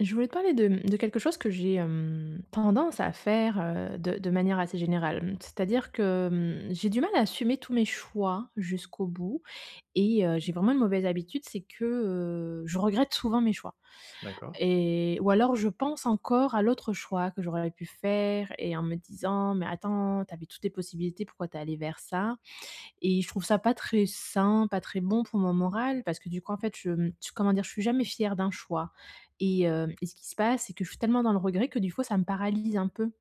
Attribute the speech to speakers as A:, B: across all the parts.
A: Je voulais te parler de quelque chose que j'ai, tendance à faire, de manière assez générale. Mmh, C'est-à-dire que, j'ai du mal à assumer tous mes choix jusqu'au bout et j'ai vraiment une mauvaise habitude, c'est que, je regrette souvent mes choix
B: D'accord.
A: et ou alors je pense encore à l'autre choix que j'aurais pu faire et en me disant: «Mais attends, t'avais toutes les possibilités, pourquoi t'es allé vers ça?» Et je trouve ça pas très sain, pas très bon pour mon moral parce que du coup, en fait, je, je comment dire? Je suis jamais fière d'un choix et ce qui se passe, c'est que je suis tellement dans le regret que du coup, ça me paralyse un peu.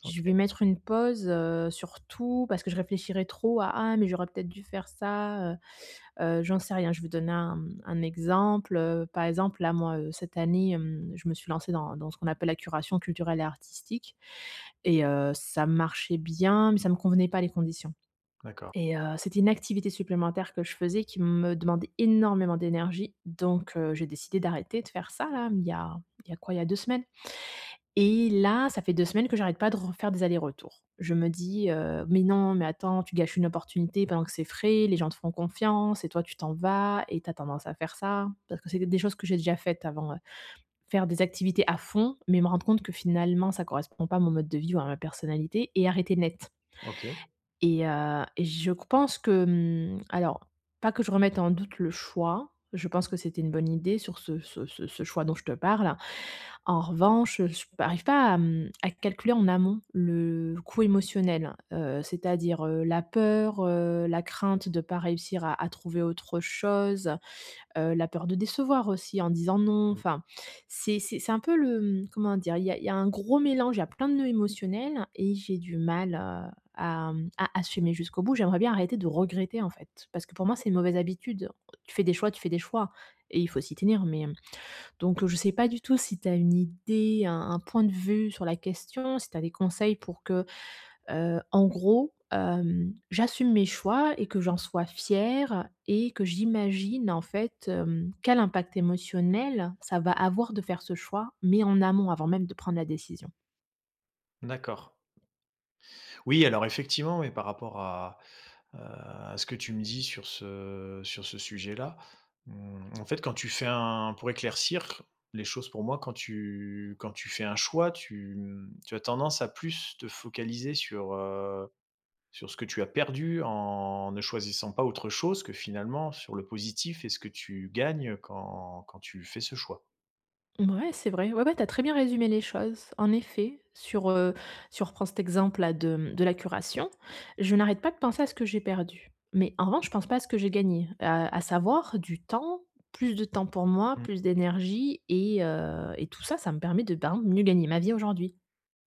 A: Je vais
B: OK,
A: mettre une pause, sur tout parce que je réfléchirai trop à: «Ah mais j'aurais peut-être dû faire ça», j'en sais rien. Je vais donner un, un exemple, par exemple, là, moi, cette année, je me suis lancée dans ce qu'on appelle la curation culturelle et artistique et ça marchait bien mais ça me convenait pas les conditions.
B: d'accord,
A: Et c'était une activité supplémentaire que je faisais qui me demandait énormément d'énergie, donc j'ai décidé d'arrêter de faire ça là, il y a quoi? Il y a 2 semaines et là, ça fait 2 semaines que j'arrête pas de refaire des allers-retours. Je me dis, «Mais non, mais attends, tu gâches une opportunité pendant que c'est frais, les gens te font confiance et toi tu t'en vas et tu as tendance à faire ça». Parce que c'était des choses que j'ai déjà faites avant, faire des activités à fond, mais me rendre compte que finalement ça correspond pas à mon mode de vie ou à ma personnalité et arrêter net.
B: OK,
A: Et je pense que, alors, pas que je remette en doute le choix, je pense que c'était une bonne idée sur ce choix dont je te parle. En revanche, je n'arrive pas à, à calculer en amont le coût émotionnel, c'est-à-dire, la peur, la crainte de ne pas réussir à trouver autre chose la peur de décevoir aussi en disant non,
B: mmh,
A: enfin, c'est un peu le, comment dire? Il y a un gros mélange, il y a plein de nœuds émotionnels et j'ai du mal, à, à assumer jusqu'au bout. J'aimerais bien arrêter de regretter, en fait, parce que pour moi, c'est une mauvaise habitude. Tu fais des choix, tu fais des choix et il faut s'y tenir, mais, donc, je sais pas du tout si tu as une idée, un point de vue sur la question, si tu as des conseils pour que en gros, j'assume mes choix et que j'en sois fière et que j'imagine, en fait, quel impact émotionnel ça va avoir de faire ce choix, mais en amont, avant même de prendre la décision.
B: d'accord. Oui, alors effectivement, mais par rapport à ce que tu me dis sur ce sujet-là, mmh, en fait, quand tu fais un pour éclaircir les choses pour moi, quand tu fais un choix, tu as tendance à plus te focaliser sur ce que tu as perdu en ne choisissant pas autre chose que finalement sur le positif et ce que tu gagnes quand tu fais ce choix.
A: Ouais, c'est vrai. Ouais, ouais, t'as très bien résumé les choses. En effet, sur, si on reprend cet exemple-là de, de la curation, je n'arrête pas de penser à ce que j'ai perdu. Mais en revanche, je pense pas à ce que j'ai gagné, à savoir du temps, plus de temps pour moi,
B: Mmh,
A: plus d'énergie et tout ça, ça me permet de, ben, mieux gagner ma vie aujourd'hui.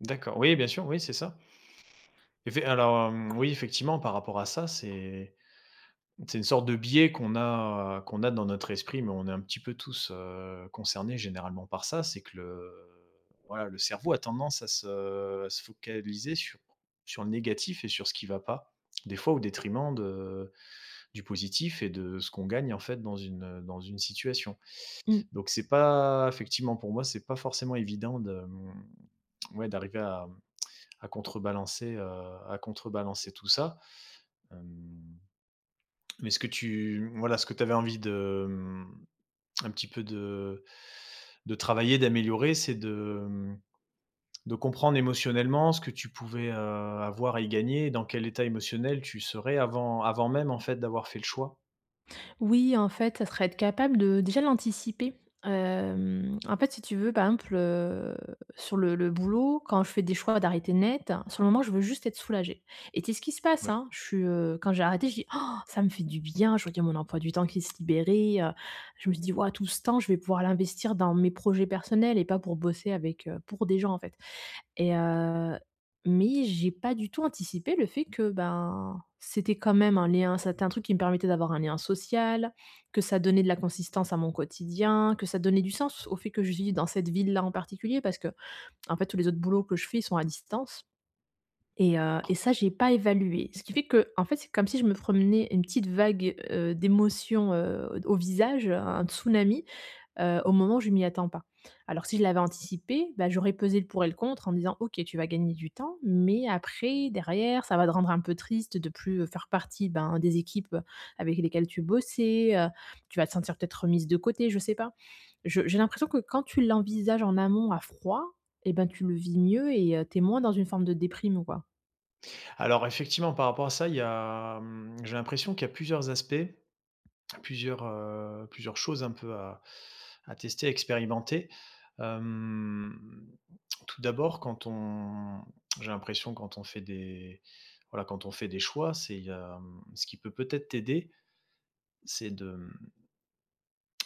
B: d'accord, oui, bien sûr, oui, c'est ça. Effet alors, oui, effectivement, par rapport à ça, c'est une sorte de biais qu'on a, qu'on a dans notre esprit, mais on est un petit peu tous, concernés généralement par ça. C'est que le voilà, le cerveau a tendance à se focaliser sur le négatif et sur ce qui va pas, des fois au détriment de du positif et de ce qu'on gagne en fait dans dans une situation.
A: Mmh.
B: Donc c'est pas effectivement pour moi, c'est pas forcément évident de, ouais, d'arriver à, à contrebalancer, heu, à contrebalancer tout ça. Hem, mais ce que tu voilà, ce que tu avais envie de, un petit peu de travailler, d'améliorer, c'est de, mmh, de comprendre émotionnellement ce que tu pouvais, avoir à y gagner et dans quel état émotionnel tu serais avant même, en fait, d'avoir fait le choix?
A: Oui, en fait, ça serait être capable de déjà l'anticiper. En fait, si tu veux, par exemple, sur le boulot, quand je fais des choix d'arrêter net, sur le moment, je veux juste être soulagée et c'est ce qui se passe,
B: Oui.
A: hein? Je suis, quand j'ai arrêté, je dis: «Oh, ça me fait du bien!» Je voyais mon emploi du temps qui se libérait, je me suis dit: «Waouh, tout ce temps, je vais pouvoir l'investir dans mes projets personnels et pas pour bosser avec, pour des gens, en fait». Et mais j'ai pas du tout anticipé le fait que, ben, c'était quand même un lien, c'était un truc qui me permettait d'avoir un lien social, que ça donnait de la consistance à mon quotidien, que ça donnait du sens au fait que je vis dans cette ville-là en particulier parce que en fait tous les autres boulots que je fais, ils sont à distance et ça j'ai pas évalué. Ce qui fait que en fait, c'est comme si je me promenais une petite vague, d'émotions, au visage, un tsunami au moment où je m'y attends pas. Alors si je l'avais anticipé, bah, j'aurais pesé le pour et le contre en me disant: «OK, tu vas gagner du temps, mais après, derrière, ça va te rendre un peu triste de plus, faire partie, ben, des équipes, avec lesquelles tu bossais, tu vas te sentir peut-être remise de côté», je sais pas. Je J'ai l'impression que quand tu l'envisages en amont à froid eh ben, tu le vis mieux et tu es moins dans une forme de déprime, quoi.
B: Alors effectivement, par rapport à ça, il y a, j'ai l'impression qu'il y a plusieurs aspects. Plusieurs, plusieurs choses un peu à tester, à expérimenter. Hem, tout d'abord, quand on j'ai l'impression quand on fait des voilà, quand on fait des choix, c'est il ce qui peut peut-être t'aider, c'est de,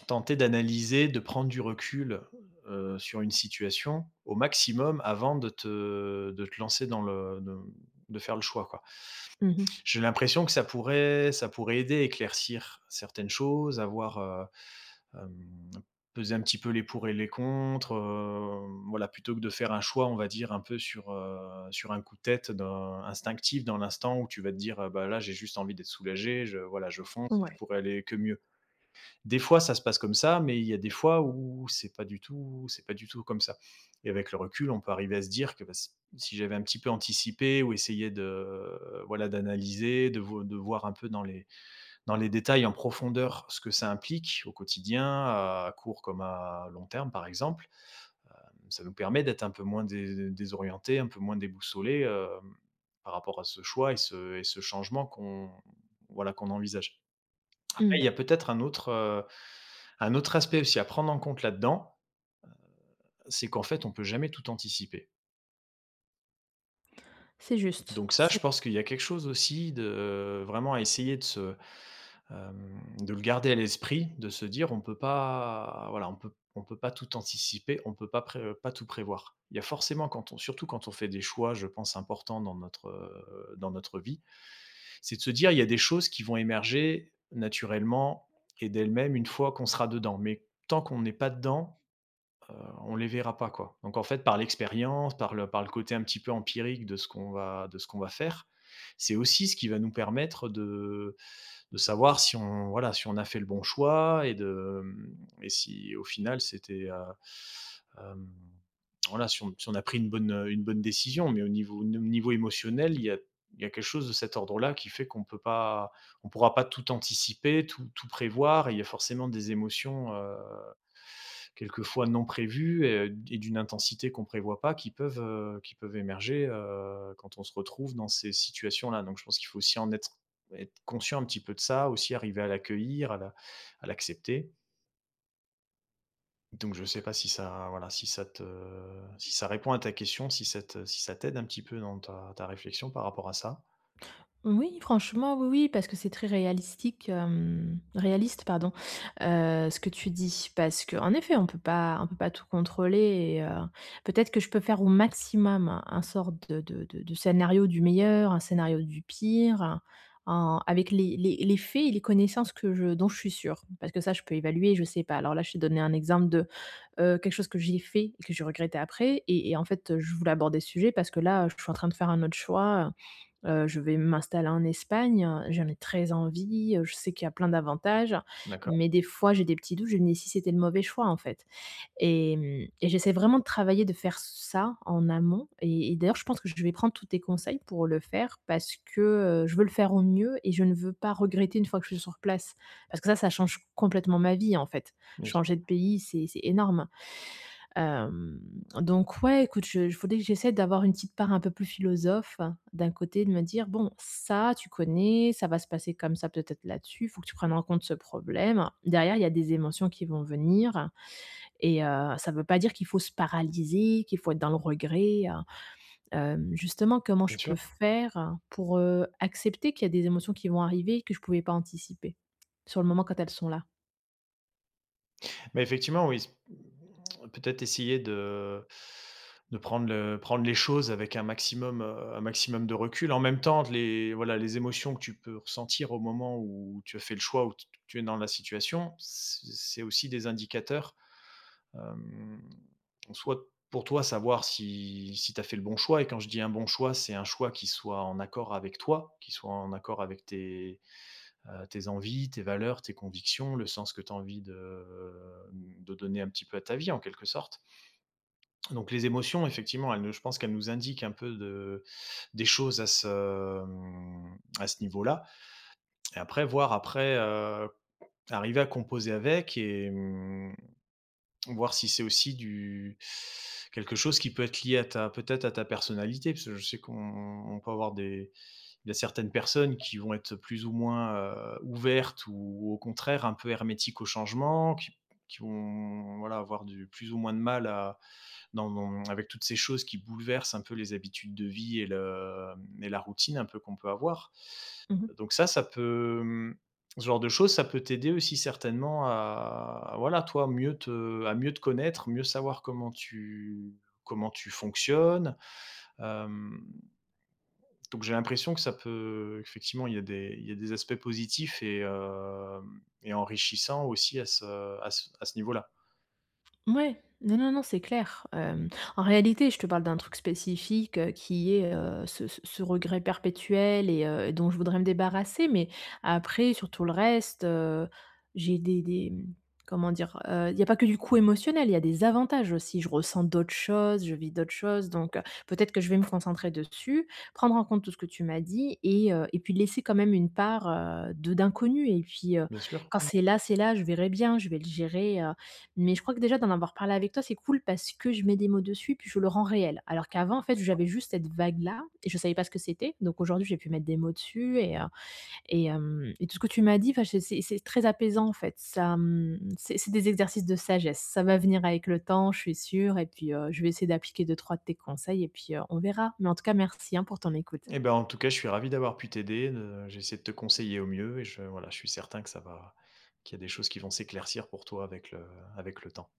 B: tenter d'analyser, de prendre du recul, sur une situation au maximum avant de te lancer dans de faire le choix, quoi.
A: Mmh.
B: J'ai l'impression que ça pourrait aider, éclaircir certaines choses, avoir, Hem, peser un petit peu les pour et les contre, voilà, plutôt que de faire un choix, on va dire, un peu sur, sur un coup de tête dans instinctif dans l'instant où tu vas te dire: bah, là, j'ai juste envie d'être soulagé, je voilà, je
A: Ouais.
B: fonce, je
A: Ouais.
B: pourrais aller que mieux». Des fois, ça se passe comme ça, mais il y a des fois où c'est pas du tout comme ça et avec le recul, on peut arriver à se dire que, bah, si j'avais un petit peu anticipé ou essayé de, voilà, d'analyser, de voir un peu dans les détails, en profondeur, ce que ça implique au quotidien, à court comme à long terme, par exemple. Ça nous permet d'être un peu moins dé désorientés, un peu moins déboussolés, par rapport à ce choix et ce changement qu'on voilà, qu'on envisage. Après,
A: Mmh.
B: il y a peut-être un autre aspect aussi à prendre en compte là-dedans, c'est qu'en fait, on peut jamais tout anticiper.
A: C'est juste.
B: Donc ça, je pense qu'il y a quelque chose aussi de, vraiment à essayer de se, de le garder à l'esprit, de se dire: «On peut pas, voilà, on peut pas tout anticiper, on peut pas pré pas tout prévoir». Il y a forcément quand on surtout quand on fait des choix, je pense, importants dans notre vie, c'est de se dire: «Il y a des choses qui vont émerger naturellement et d'elles-mêmes une fois qu'on sera dedans». Mais tant qu'on n'est pas dedans, on les verra pas, quoi. Donc en fait, par l'expérience, par le côté un petit peu empirique de ce qu'on va faire, c'est aussi ce qui va nous permettre de savoir si on voilà, si on a fait le bon choix et de, mmh et si au final c'était, hem, voilà, si on a pris une bonne décision. Mais au niveau n niveau émotionnel, il y a quelque chose de cet ordre-là qui fait qu'on peut pas on pourra pas tout anticiper, tout prévoir et il y a forcément des émotions, quelquefois non prévues et d'une intensité qu'on prévoit pas, qui peuvent émerger, quand on se retrouve dans ces situations-là. Donc je pense qu'il faut aussi en être être conscient un petit peu de ça, aussi arriver à l'accueillir, à l'accepter. Donc je sais pas si ça voilà, si ça te si ça répond à ta question, si ça te si ça t'aide un petit peu dans ta réflexion par rapport à ça?
A: Oui, franchement, oui, oui, parce que c'est très réalistique, réaliste, pardon, ce que tu dis. Parce que, en effet, on peut pas tout contrôler et peut-être que je peux faire au maximum un sorte de scénario du meilleur, un scénario du pire, un en avec les faits et les connaissances que je dont je suis sûre. Parce que ça, je peux évaluer, je sais pas. Alors là, je t'ai donné un exemple de, quelque chose que j'ai fait et que j'ai regretté après et en fait, je voulais aborder ce sujet parce que là, je suis en train de faire un autre choix. Je vais m'installer en Espagne, j'en ai très envie, je sais qu'il y a plein d'avantages,
B: D'accord,
A: mais des fois j'ai des petits doutes, je me dis: «Si c'était le mauvais choix en fait» et et j'essaie vraiment de travailler, de faire ça en amont et d'ailleurs je pense que je vais prendre tous tes conseils pour le faire parce que, je veux le faire au mieux et je ne veux pas regretter une fois que je suis sur place. Parce que ça change complètement ma vie en fait.
B: bien sûr,
A: Changer de pays, c'est énorme. Hem, donc ouais, écoute, je faudrait que j'essaie d'avoir une petite part un peu plus philosophe, hein, d'un côté, de me dire: «Bon, ça, tu connais, ça va se passer comme ça peut-être là-dessus, faut que tu prennes en compte ce problème». Derrière, il y a des émotions qui vont venir et ça veut pas dire qu'il faut se paralyser, qu'il faut être dans le regret, hein. Justement, comment
B: bien
A: je
B: sûr.
A: peux faire hein, pour, accepter qu'il y a des émotions qui vont arriver et que je ne pouvais pas anticiper, sur le moment quand elles sont là?
B: Mais effectivement, oui, peut-être essayer de prendre le prendre les choses avec un maximum de recul. En même temps, les voilà, les émotions que tu peux ressentir au moment où tu as fait le choix, où t tu es dans la situation, c'est aussi des indicateurs, hem, soit pour toi, savoir si tu as fait le bon choix, et quand je dis un bon choix, c'est un choix qui soit en accord avec toi, qui soit en accord avec tes envies, tes valeurs, tes convictions, le sens que tu as envie de donner un petit peu à ta vie en quelque sorte. Donc les émotions effectivement, elles ne je pense qu'elles nous indiquent un peu de des choses à ce, à ce niveau-là et après, arriver à composer avec, et voir si c'est aussi du quelque chose qui peut être lié à ta peut-être à ta personnalité. Parce que je sais qu'on on peut avoir des il y a certaines personnes qui vont être plus ou moins, ouvertes ou au contraire un peu hermétiques au changement, qui vont, voilà, avoir du plus ou moins de mal à dans dans avec toutes ces choses qui bouleversent un peu les habitudes de vie et le, mmh et la routine un peu qu'on peut avoir.
A: Mmh. Mmh.
B: Donc ça peut, ce genre de choses, ça peut t'aider aussi certainement à, voilà, toi, mieux te à mieux te connaître, mieux savoir comment tu fonctionnes, hem donc j'ai l'impression que ça peut effectivement, il y a des aspects positifs et hem et enrichissants aussi à ce à ce à ce niveau-là.
A: Ouais. Non, non, non, c'est clair. En réalité, je te parle d'un truc spécifique, qui est, ce ce regret perpétuel et dont je voudrais me débarrasser. Mais après, sur tout le reste, j'ai des comment dire? Il n'y a pas que du coût émotionnel, il y a des avantages aussi. Je ressens d'autres choses, je vis d'autres choses, donc peut-être que je vais me concentrer dessus, prendre en compte tout ce que tu m'as dit et puis laisser quand même une part, de d'inconnu et puis,
B: Bien sûr.
A: quand c'est là, je verrai bien, je vais le gérer, mais je crois que déjà d'en avoir parlé avec toi, c'est cool parce que je mets des mots dessus, puis je le rends réel. Alors qu'avant, en fait, j'avais juste cette vague-là et je savais pas ce que c'était. Donc aujourd'hui, j'ai pu mettre des mots dessus et hem et tout ce que tu m'as dit, enfin, c'est très apaisant, en fait. Ça, c'est des exercices de sagesse. Ça va venir avec le temps, je suis sûre et puis, je vais essayer d'appliquer 2 3 de tes conseils et puis, on verra. Mais en tout cas, merci, hein, pour ton écoute.
B: Et ben, en tout cas, je suis ravi d'avoir pu t'aider, de j'ai essayé de te conseiller au mieux et je voilà, je suis certain que ça va qu'il y a des choses qui vont s'éclaircir pour toi avec le temps.